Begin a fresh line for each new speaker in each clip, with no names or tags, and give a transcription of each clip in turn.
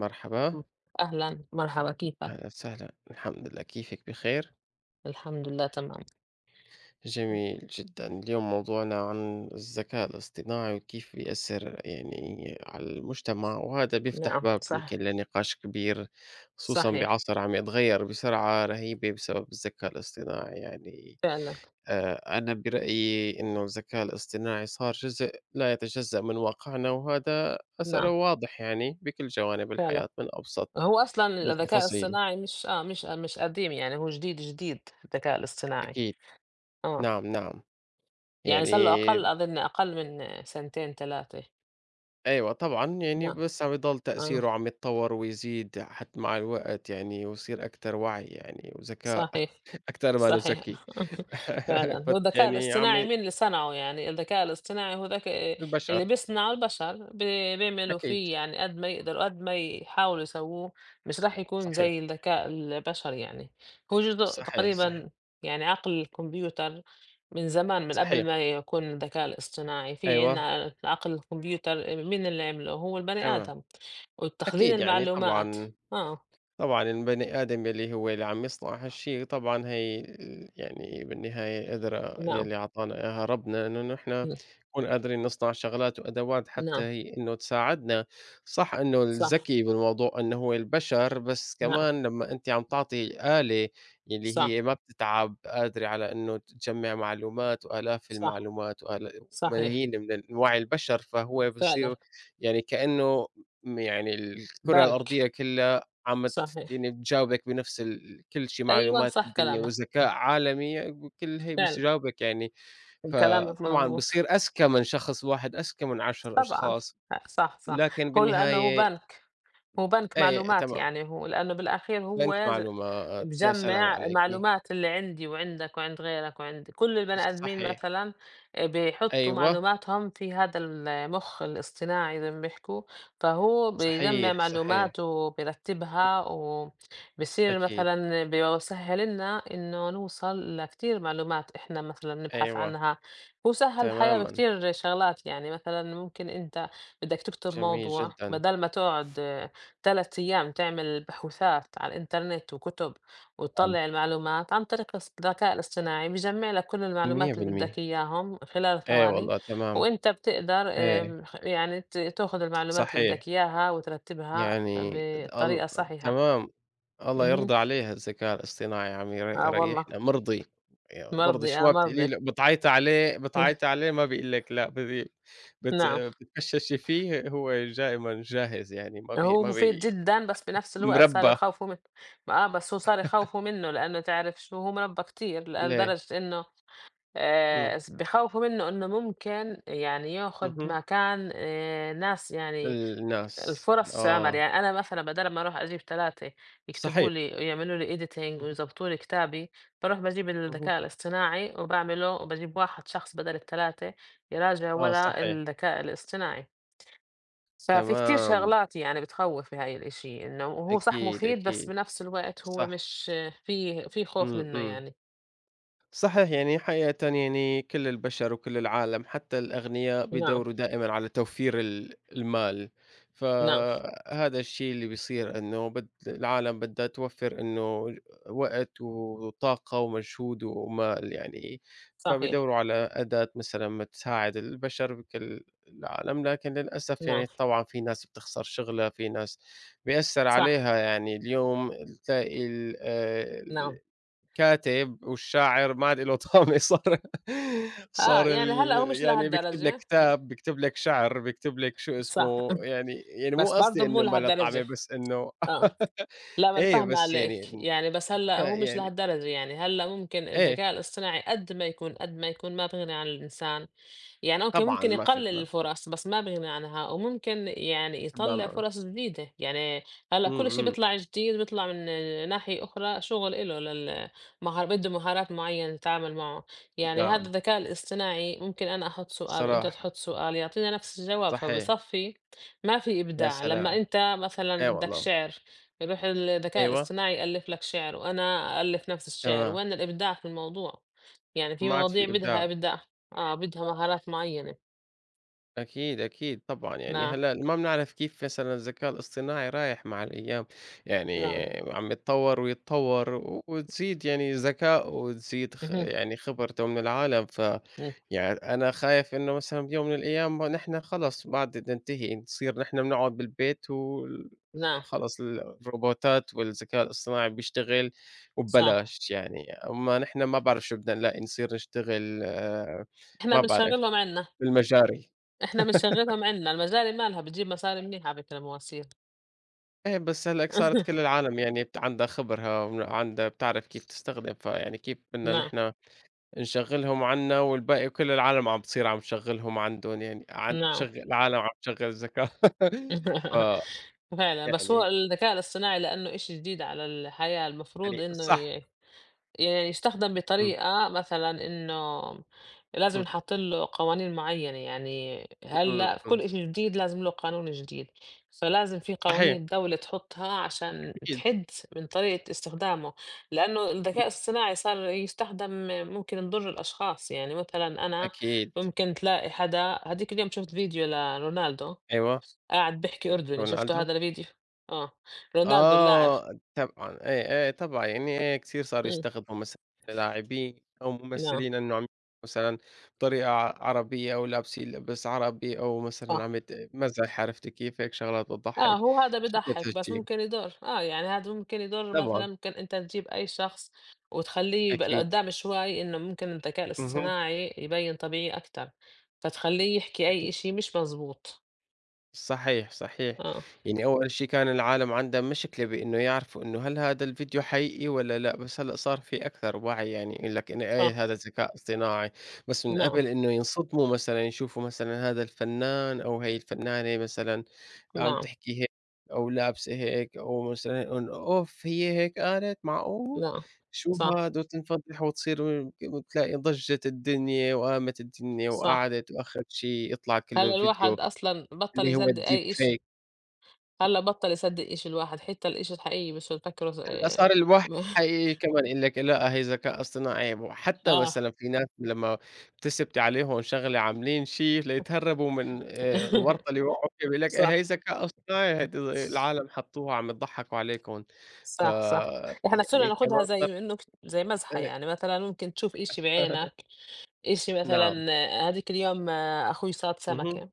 مرحبا،
إمم، أهلًا، مرحبا كيفك؟
أهلًا وسهلًا، الحمد لله كيفك بخير؟
الحمد لله تمام.
جميل جدًا، اليوم موضوعنا عن الذكاء الاصطناعي وكيف بيأثّر يعني على المجتمع، وهذا بيفتح
نعم،
باب يمكن
صح.
لنقاش كبير، خصوصًا
صحيح،
بعصر عم يتغيّر بسرعة رهيبة بسبب الذكاء الاصطناعي يعني.
فعلًا،
أنا برأيي إنه الذكاء الاصطناعي صار جزء لا يتجزأ من واقعنا، وهذا أثره
نعم،
واضح يعني بكل جوانب
فعلًا.
الحياة من أبسط
هو أصلًا الذكاء
للتفاصيل.
الصناعي مش قديم يعني هو جديد، الذكاء الاصطناعي.
أكيد،
آه،
نعم، نعم. يعني
يعني صار له أقل أظن أقل من سنتين 3.
أيوه طبعًا، يعني
نعم،
بس عم يضل
آه،
تأثيره عم يتطور ويزيد حتى مع الوقت يعني ويصير أكتر وعي يعني وذكاء.
صحيح.
أكتر ما
صحيح.
نُذكّي.
فعلًا، هو
فت
الذكاء
يعني عم
الاصطناعي
ي
مين اللي صنعه يعني؟ الذكاء الاصطناعي هو ذك
البشر.
اللي بيصنعه البشر، بيعملوا
أكيد،
فيه يعني قد ما يقدروا، قد ما يحاولوا يسووه، مش راح يكون
صحيح،
زي الذكاء البشري يعني، هو جزء
صحيح، صحيح،
تقريبًا يعني عقل الكمبيوتر. من زمان، من قبل
صحيح،
ما يكون الذكاء الاصطناعي، في
أيوه،
عندنا عقل الكمبيوتر، مين اللي عمله؟ هو البني
تمام،
آدم، وتخزين
أكيد يعني
المعلومات.
طبعًا.
آه،
طبعًا البني آدم يلّي هو اللي عم يصنع هالشي طبعًا هي، يعني بالنهاية قدرة
نعم،
يلّي عطانا إياها ربنا إنه نحن
ن
نكون قادرين نصنع شغلات وأدوات حتى
نعم،
هي إنه تساعدنا. صح إنه
صح،
الذكي بالموضوع إنه هو البشر، بس
نعم،
كمان لمّا أنتِ عم تعطي آلة يلّي
صح،
هي ما بتتعب قادرة على إنه تجمّع معلومات وآلاف
صح.
المعلومات وآلا
صحيح،
وملايين من ال وعي البشر، فهو
فعلًا.
بصير يعني كإنه م يعني الكرة
بنك،
الأرضية كلّها عم
صحيح،
يعني بتجاوبك بنفس ال كل شي
أيوه
معلومات
صح
بالدنيا
كلامك،
وذكاء عالمي وكل هي
فعلًا.
بيجاوبك يعني.
كلامك
فطبعًا
مضبوط،
بصير أذكى من شخص واحد، أذكى من 10
طبعًا.
أشخاص،
صح، صح،
لكن
هو لأنه هو
بالنهاية
بنك، هو بنك
إيه
معلومات،
تمام،
يعني هو لأنه بالأخير
بنك
هو ز
معلومات، يا سلام
باجمّع
عليكِ.
معلومات اللي عندي وعندك وعند غيرك وعند كل البني آدمين
صحيح،
مثلًا. بيحطّوا
أيوه،
معلوماتهم في هذا المُخ الاصطناعي زي ما بيحكوا، فهو بيجمّع
صحيح، صحيح،
معلومات
إمم،
وبيرتّبها، وبصير
أكيد،
مثلًا بيسهّل لنا إنه نوصل لكتير معلومات إحنا مثلًا نبحث
أيوه،
عنها. هو سهّل الحياة
تمامًا،
بكتير شغلات، يعني مثلًا ممكن أنت بدّك تكتب
جميل
موضوع
جدًا،
بدل ما تقعد 3 أيام تعمل بحوثات على الإنترنت وكُتب، وتطلّع المعلومات عن طريق الذكاء الاصطناعي بيجمّع لك كل المعلومات اللي
100%
بدّك إياهم خلال
إيه
ثواني.
والله تمام،
وأنت بتقدر
إيه،
آمم خ يعني تاخُد المعلومات اللي
صحيح.
بدّك إياها وترتّبها
يعني د ال
بالطريقة الصحيحة.
تمام، الله
اهم.
يرضى عليها الذكاء الاصطناعي يا عمي ير
آه والله،
يريحنا مرضي. ي مرضي
مرضي،
شو
آه
ما بتقولي
مرضي.
له بتعيطي عليه بتعيطي عليه ما بيقول لِك لأ، بت بت
نعم.
بتتفششي فيه هو دايمًا جاهز يعني ما بي
هو
ما
مفيد
بي
جدًا، بس بنفس الوقت صاروا
مربّى.
يخاوفوا من آه، بس هو صار يخاوفوا منّه، لإنه تعرف شو هو مربّى كتير، لأ
ليه،
لدرجة إنه
إمم،
س بيخوّفوا منّه إنه ممكن يعني ياخُد
اهم،
مكان ناس يعني،
الناس
الفُرَص عمل.
آه،
يعني أنا مثلًا بدال ما أروح أجيب 3
صحيح،
يكتبوا لي ويعملوا لي editing
اهم،
ويضبطوا لي كتابي، باروح باجيب
اهم،
الذكاء الاصطناعي وباعمله، وباجيب واحد شخص بدل ال3 يراجع
آه
ورا
صحيح،
الذكاء الاصطناعي. ففي كتير
تمام،
شغلات يعني بتخوّف بهاي الإشي، إنه هو صح
أكيد،
مفيد بس
أكيد،
بنفس الوقت هو
صح،
مش، في خوف
إمم،
منّه
إمم.
يعني.
صحيح يعني حقيقة يعني كل البشر وكل العالم حتى الأغنياء
نعم،
بيدوروا دائما على توفير ال- المال،
نعم،
فهذا الشيء اللي بيصير إنه بد العالم بدها توفر إنه وقت وطاقة ومجهود ومال يعني.
صحيح،
فبيدوروا على أداة مثلا ما تساعد البشر بكل العالم، لكن للأسف
نعم،
يعني طبعا في ناس بتخسر شغلها، في ناس بيأثر
صح.
عليها يعني. اليوم تلاقي ال- آه،
نعم.
كاتب والشاعر ما عاد له طعم. صار
آه،
صار ال
يعني هلأ هو مش
يعني بيكتب لك
لهالدرجة،
كتاب، بيكتب لك شعر، بيكتب لك شو
صح.
اسمه، يعني يعني مو
بس
قصدي
برضه مو
إنه بلا طعمة
لهالدرجة،
بس إنه.
آه. لأ، ما أنا
إيه،
فاهمة
بس
عليك،
يعني
يعني بس
ف
هلأ هو مش
يعني
لهالدرجة يعني. هلأ ممكن
إيه،
الذكاء الاصطناعي قد ما يكون، قد ما يكون، ما بيغني عن الإنسان. يعني أوكي،
طبعًا
ممكن
ما في
يقلل
غنى،
الفُرَص، بس ما بيغني عنها، وممكن يعني
حبّان
يطلّع
معه.
فُرَص جديدة. يعني هلأ
إمم،
كل شي
إمم،
بيطلع جديد بيطلع من ناحية أخرى شُغل إله. لل مهار بده مهارات معيّنة نتعامل معه. يعني هذا
نعم،
الذكاء الاصطناعي ممكن أنا أحُط سؤال وأنت
صراحة،
تحُط سؤال يعطينا نفس الجواب،
صحيح،
فبصفّي ما في
يا
إبداع. لمّا
سلام!
أنت مثلًا
إيه
بدّك
والله،
شِعر، يروح الذكاء
أيوه،
الاصطناعي يألّف لك شِعر، وأنا أألّف نفس الشِعر،
تمام،
وين الإبداع في الموضوع؟ يعني في
ما عاد
مواضيع
في
بدها
إبداع.
إبداع. آه، بدها مهارات معيّنة.
أكيد، أكيد طبعًا، يعني
نعم،
هلأ ما بنعرف كيف مثلًا الذكاء الاصطناعي رايح مع الأيام. يعني
نعم.
عم يتطور ويتطور و- وتزيد يعني ذكائه وتزيد خ
اهم،
يعني خبرته من العالم. ف
إمم،
يعني أنا خايف إنه مثلًا بيوم من الأيام ما نحن خلص بعد ننتهي، نصير نحن بنقعد بالبيت وال
نعم،
خلص ال الروبوتات والذكاء الاصطناعي بيشتغل
صح.
وببلاش يعني، أمّا نحن ما بعرف شو بدنا نلاقي نصير نشتغل.
إحنا
ما بعرف
بنشغّلهم عندنا،
بالمجاري.
إحنا بنشغّلهم عندنا، المجاري مالها بتجيب مصاري منيحة على فكرة، مواسير.
إيه بس هلأاك صارت كل العالم يعني بت عندها خبرها ون عندها بتعرف كيف تستخدم، فيعني كيف بدنا
نعم،
نحن نشغّلهم عنا والباقي كل العالم عم بتصير عم تشغّلهم عندهم يعني عن
نعم.
تشغّل العالم عم تشغّل الذكاء. ف
فعلًا، بس هو
يعني
الذكاء الاصطناعي لإنه إشي جديد على الحياة، المفروض
يعني
إنه
صح،
يعني يستخدم
إمم،
بطريقة مثلًا إنه لازم
إمم،
نحط له قوانين معيّنة. يعني
إمم،
هلّأ
إمم،
كل إشي جديد لازم له قانون جديد، فلازم في
صحيح
قوانين الدولة تحطها عشان
أكيد،
تحد من طريقة استخدامه، لإنه
إمم،
الذكاء الصناعي صار يستخدم ممكن نضر الأشخاص. يعني مثلًا أنا
أكيد،
ممكن تلاقي حدا، هاديك اليوم شُفت فيديو لرونالدو
أيوه،
قاعد بيحكي أردني، شُفتوا
رونالدو.
هذا الفيديو؟ آه، رونالدو اللاعب.
آه، طبعًا، آه، آه، طبعًا، يعني كتير صاروا
إمم،
يستخدموا مثلًا لاعبين أو
نعم،
ممثلين إنهم مثلًا بطريقة ع عربية أو لابسين لبس عربي أو مثلًا
صح.
عم يت مزح عرفتِ كيف، هيك شغلات
آه،
بتضحّك.
هو هذا
شكلها
بيضحّك بس
تهجين،
ممكن يضر. آه، يعني هذا ممكن يضر، مثلًا
طبعًا،
ممكن أنت تجيب أي شخص وتخلّيه يبقى
أكيد،
لقدّام شوي، إنه ممكن الذكاء
اهم،
الاصطناعي يبيّن طبيعي أكتر، فتخلّيه يحكي أي
أكيد.
إشي مش مزبوط.
صحيح، صحيح.
آه،
يعني أول شي كان العالم عندها مشكلة بإنه يعرفوا إنه هل هذا الفيديو حقيقي والّا لأ، بس هلأ صار في أكثر وعي يعني يقول لك إنه إيه
صح،
هذا ذكاء اصطناعي. بس من
نعم،
قبل إنه ينصدموا مثلًا يشوفوا مثلًا هذا الفنان أو هي الفنانة مثلًا عم
نعم،
تحكي هيك أو لابسة هيك أو مثلًا إن أوف هي هيك قالت معقول!
نعم،
شو
صح،
هاد وتنفضح وتصير بتلاقي ضجت الدنيا وقامت الدنيا
صح،
وقعدت وآخر شي يطلع
هلأ
كله فيديو
الواحد أصلًا بطّل
اللي هو
يصدّق
الdeep
أي إشي.
fake.
هلأ بطّل يصدّق إشي الواحد، حتى الإشي الحقيقي بصير يفكّره ز
هلّا صار الواحد حقيقي كمان يقول لك لأ هي ذكاء اصطناعي. وحتى
آه،
مثلًا في ناس لمّا بتثبتي عليهم شغلة عاملين شي ليتهربوا من الورطة اللي وقعوا فيها بيقول لك إيه،
صح.
هي ذكاء اصطناعي هيدي العالم حطوها عم يضحكوا عليكم. ف
صح، صح. إحنا صرنا
يعني
ناخدها
كمان.
زي إنه زي مزحة
إيه
يعني. مثلًا ممكن تشوف إشي بعينك، إشي مثلًا
نعم،
هاديك اليوم، آه، أخوي صاد
اهم،
سمكة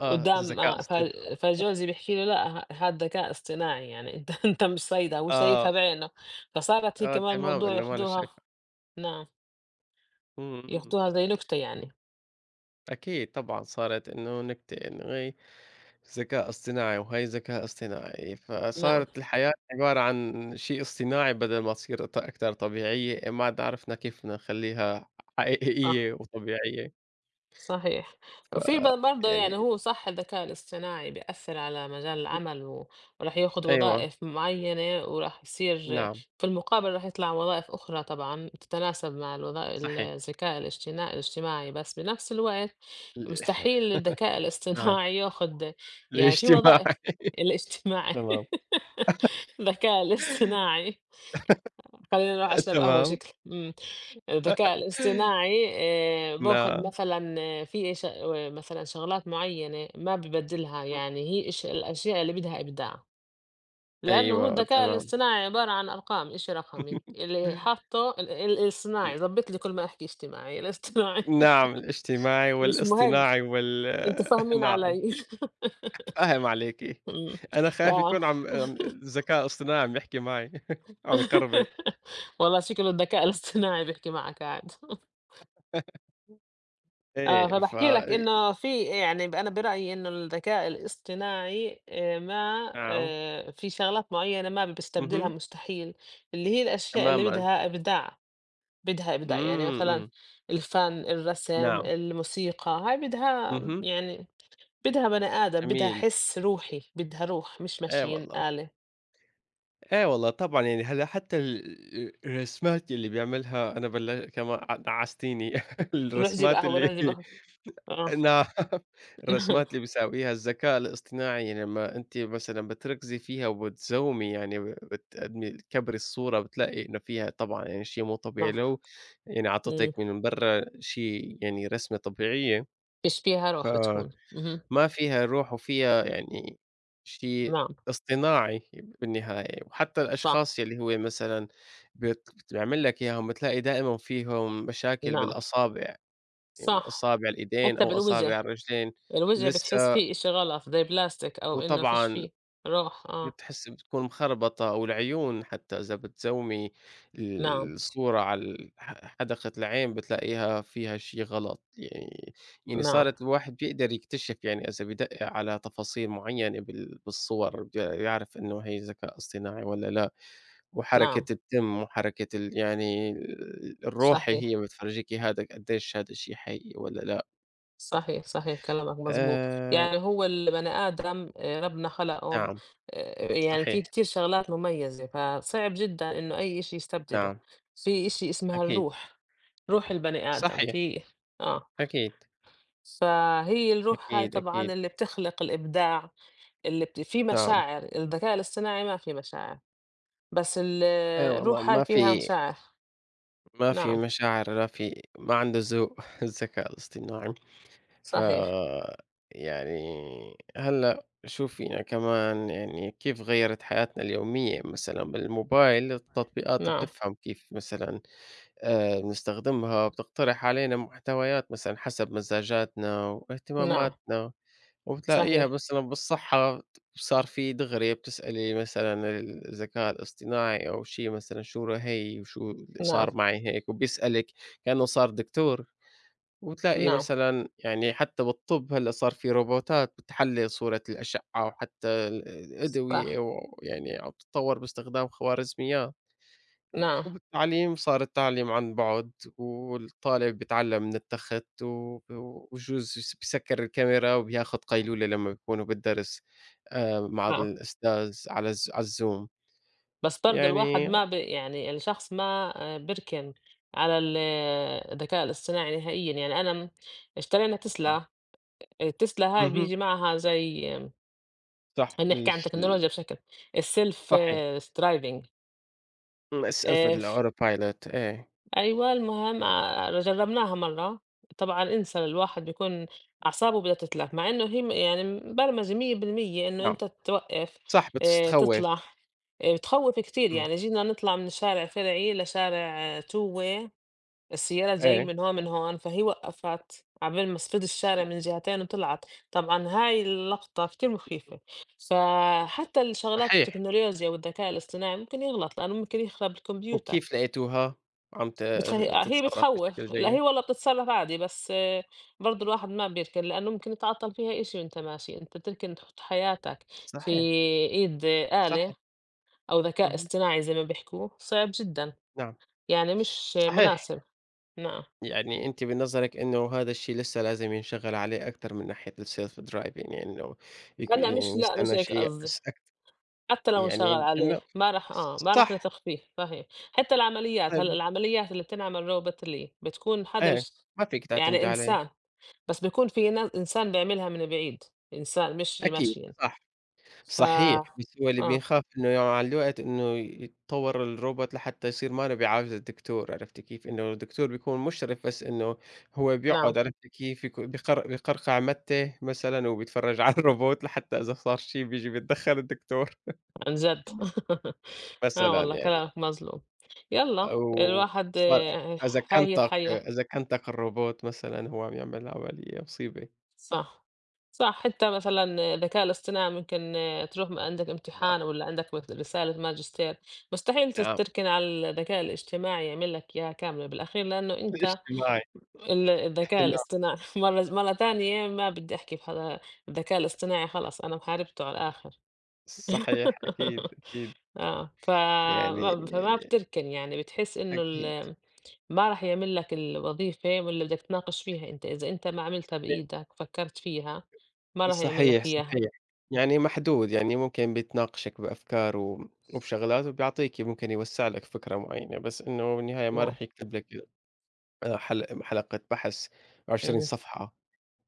آه
قدّام،
الذكاء
آه، ف
الاصطناعي
فجوزي بيحكي لي: "لأ هاد ذكاء اصطناعي، يعني أنت أنت مش صايدة، هو شايفها
آه،
بعينه." فصارت هي
آه
كمان
تمام
موضوع
إنه ما أنا
ياخدوها،
شايفها،
نعم،
إمم، إمم،
ياخدوها زي نكتة يعني.
أكيد طبعًا صارت إنه نكتة إنه هي ذكاء اصطناعي وهي ذكاء اصطناعي.
نعم،
فصارت الحياة عبارة عن شيء اصطناعي بدل ما تصير ط أكتر طبيعية، إيه، ما عاد عرفنا كيف بدنا نخلّيها
صح.
حقيقية وطبيعية.
صحيح. وفي برضه
يعني
يعني هو صح الذكاء الاصطناعي بيأثّر على مجال العمل، وراح ياخُد
أيوه،
وظائف معيّنة وراح يصير
نعم،
في المقابل راح يطلع وظائف أخرى طبعًا تتناسب مع
صحيح،
الذكاء الاجتماعي، بس بنفس الوقت
ال.
مستحيل الذكاء
نعم،
الاصطناعي ياخُد، يعني في وظائف.
الاجتماعي.
الاجتماعي، الذكاء الاصطناعي، خلّينا
تمام،
نروح أشرب قهوة
تمام،
شكلي، الذكاء الاصطناعي باخد
نعم،
مثلًا. آه، في ش مثلًا شغلات معيّنة ما بيبدّلها، يعني هي الأشياء اللي بدها إبداع، لإنه هو
أيوه،
الذكاء
تمام،
الاصطناعي عبارة عن أرقام، إشي رقمي، اللي حاطّه ال ال الصناعي ضبّط لي كل ما أحكي اجتماعي، الاصطناعي.
نعم، الاجتماعي
مش مهم،
والاصطناعي وال.
أنتم فاهمين
نعم.
علي،
فاهم عليكِ. إيه.
إمم،
أنا خايف
آه،
يكون عم عم الذكاء الاصطناعي عم يحكي معي، عم يخربط.
والله شكله الذكاء الاصطناعي بيحكي معك قاعد. آه،
إيه، ف
فباحكي لك إنه في يعني ب أنا برأيي إنه الذكاء الاصطناعي ما
نعم،
في شغلات معيّنة ما بيستبدلها
اهم،
مستحيل، اللي هي الأشياء اللي
تمامًا.
بدها إبداع، بدها إبداع. يعني
إمم،
مثلًا
إمم،
الفن، الرسم،
نعم،
الموسيقى، هاي بدها
اهم،
يعني بدها بني آدم، بدها
جميل.
حِس روحي، بدها روح مش
أي
ماشين
والله،
آلة.
أي والله طبعًا يعني هلأ حتى ال الرسمات اللي بيعملها أنا بل كمان ع دعستيني.
روح جيب
الرسمات
قهوة،
اللي
روح جيب قهوة، آه،
نعم، الرسمات اللي بيساويها الذكاء الاصطناعي يعني لمّا أنتِ مثلًا بتركزي فيها وبتزومي يعني بتقدمي تكبري الصورة بتلاقي إنه فيها طبعًا يعني شيء مو طبيعي،
نعم،
لو يعني عطتِك
إمم،
من برّا شيء يعني رسمة طبيعية.
فيش فيها روح بتكون.
فما
اهم،
فيها روح وفيها يعني شيء
نعم،
اصطناعي بالنهاية. وحتى
صح،
الأشخاص يلّي هو مثلًا بت بيعمل لك إياهم بتلاقي دائمًا فيهم مشاكل
نعم،
بالأصابع.
صح،
أصابع الإيدين
حتى
أو
بالوجه.
أصابع الرجلين
الوجه بتحس
لسه.
فيه إشي غلط زي بلاستيك، أو إنه فيش
وطبعًا
فيه روح. آه،
بتحسّي بتكون مخربطة أو العيون حتى إذا بتزومي
نعم،
الصورة على ال ح حدقة العين بتلاقيها فيها شي غلط. يعني يعني
نعم،
صارت الواحد بيقدر يكتشف يعني إذا بيدقق على تفاصيل معيّنة بال بالصور ب يعرف إنه هي ذكاء اصطناعي والّا لأ.
نعم،
وحركة الدم وحركة ال يعني ال الروحة
صحيح،
هي بتفرجيكِ هذا قديش هذا الشي حقيقي والّا لأ.
صحيح، صحيح كلامك مزبوط.
آآ
يعني هو البني آدم ربنا خلقه، م
نعم.
يعني
صحيح،
في كتير شغلات مميزة، فصعب جدًا إنه أي إشي يستبدله.
نعم،
في إشي اسمها
أكيد،
الروح، روح البني آدم
صحيح،
في آه،
أكيد،
فهي الروح هاي
أكيد،
طبعًا
أكيد،
اللي بتخلق الإبداع، اللي في
نعم،
مشاعر، الذكاء الاصطناعي ما في مشاعر. بس ال
أي والله
الروح هاي
ما
فيها
في.
مشاعر.
ما في
نعم،
مشاعر، لا في ما عنده ذوق الذكاء الاصطناعي. ف
صحيح،
يعني هلأ شوفي كمان يعني كيف غيّرت حياتنا اليومية مثلًا بالموبايل التطبيقات
نعم،
بتفهم كيف مثلًا بنستخدمها، بتقترح علينا محتويات مثلًا حسب مزاجاتنا
نعم،
واهتماماتنا. وبتلاقيها
صحيح،
مثلًا بالصحة صار في دغري بتسألي مثلًا الذكاء الاصطناعي أو شي مثلًا شو رأيي وشو
نعم،
صار معي هيك، وبيسألِك كأنه صار دكتور. وبتلاقي
نعم،
مثلًا يعني حتى بالطب هلأ صار في روبوتات بتحلل صورة الأشعة وحتى ال الأدوية
صح،
ويعني عم تتطور باستخدام خوارزميات.
نعم،
وبالتعليم صار التعليم عن بُعد، والطالب بيتعلم من التخت، و وبجوز يس بيسكّر الكاميرا وبياخد قيلولة لمّا بيكونوا بالدرس مع
نعم،
الأستاذ على الز على الZoom
بس برضه الواحد
يعني
ما يعني الشخص ما بيركن على ال آه، الذكاء الاصطناعي نهائيًا. يعني أنا اشترينا
آه،
تسلا، التسلا هاي
اهم،
بييجي معها زي،
صح
خلّينا نحكي عن
الش
التكنولوجيا بشكل، الself
صحيح،
driving،
إمم اس ألفد
ف
الauto pilot إيه،
أيوه، المهام جرّبناها مرّة، طبعًا انسى، الواحد بيكون أعصابه بدها تتلَف، مع إنه هي م يعني مبرمجة 100% إنه
نعم،
أنت توقّف،
صح بتستخوّف،
تطلع. بتخوّف كتير،
إمم،
يعني جينا نطلع من شارع فرعي لشارع، توّة، السيارات جايين
إيه،
من هون من هون، فهي وقّفت عبال ما صفِت الشارع من جهتين وطلعت. طبعًا هاي اللقطة كتير مخيفة. فحتى الشغلات
صحيح،
التكنولوجيا والذكاء الاصطناعي ممكن يغلط، لإنه ممكن يخرب الكمبيوتر.
وكيف لقيتوها عم ت
بتخ هي
تتصرّف بشكل
بتخوّف. لا
جيد؟
هي والله بتتصرّف عادي، بس برضه الواحد ما بيركن، لإنه ممكن يتعطّل فيها إشي وأنت ماشي، أنت بتركن تحُط حياتك في
صحيح،
إيد، آلة
صحيح،
أو ذكاء
اهم،
اصطناعي زي ما بيحكوا، صعب جدًا،
نعم،
يعني مش
صحيح.
مناسب. نعم.
يعني أنتِ من نظرِك إنه هذا الشيء لسه لازم ينشغل عليه أكتر من ناحية الself driving يعني إنه يك
هلأ
يعني
مش، لأ مش
نستنى
هيك
شيء
قصدي.
بس أكت
حتى لو انشغل
يعني
عليه
إنه
ما راح، آه، ما راح
صح.
نثق فيه، صحيح. حتى العمليات، هلأ
طيب
العمليات اللي بتنعمل روبوتلي بتكون حدا،
إيه، ما فيك
يعني
تعتمدي عليه.
إنسان، بس بيكون في إنسان بيعملها من بعيد، إنسان مش
أكيد
ماشين.
صح،
ف
صحيح، بس هو اللي
آه،
بينخاف إنه يعني مع الوقت إنه يتطور الروبوت لحتى يصير ما له بيعالج الدكتور، عرفتِ كيف؟ إنه الدكتور بيكون مشرف بس إنه هو
نعم.
بيقعد عرفتِ كيف يك بيقر بيقرقع مَتّه مثلًا وبيتفرج على الروبوت لحتى إذا صار شيء بييجي بيتدخل الدكتور.
عن جد. آه
مثلًا
والله
يعني
كلامك مظلوم، يالّا
أو
الواحد،
صار
آه،
إذا
هاي
كان
هي
طاق
الحياة.
إذا كان طاق الروبوت مثلًا هو عم يعمل عملية مصيبة.
صح، صح، حتى مثلًا الذكاء الاصطناعي ممكن، آه، تروح، عندك
نعم،
امتحان، والّا عندك رسالة ماجستير، مستحيل
نعم
تركن على الذكاء الاجتماعي يعمل لك إياها كاملة بالأخير، لإنه أنت
الاجتماعي.
الذكاء
نعم،
الاصطناعي، مرة، مرة تانية ما بدي أحكي بهذا الذكاء الاصطناعي، خلص أنا محاربته على الآخر.
صحيح أكيد، أكيد
آه، ف
يعني
ما فما بتركن، يعني بتحس إنه
أكيد
ما راح يعمل لك الوظيفة واللي بدك تناقش فيها أنت، إذا أنت ما عملتها بإيدك فكّرت فيها، ما راح يعمل
صحيح،
لك إياها.
صحيح يعني محدود يعني ممكن بيتناقشك بأفكار و وبشغلات وبيعطيكِ ممكن يوسّع لك فكرة معينة، بس إنه بالنهاية ما
نعم،
راح يكتب لك حل حلقة بحث 20
إمم،
صفحة.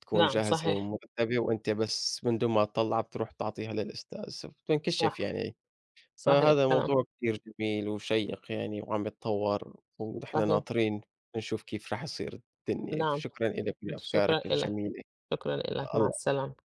تكون
نعم
جاهزة
صحيح،
ومرتبة وأنت بس من دون ما تطلّع بتروح بتعطيها للأستاذ،
صح،
وبتنكشف يعني.
صحيح
فهذا
كلام
موضوع كتير جميل وشيّق يعني وعم يتطوّر ونحن
صحيح،
ناطرين نشوف كيف رح يصير الدنيا.
نعم،
شكرًا إلك
شكرًا
لأفكارك
إلك،
الجميلة.
شكرًا إلك، مع
الله
السلامة.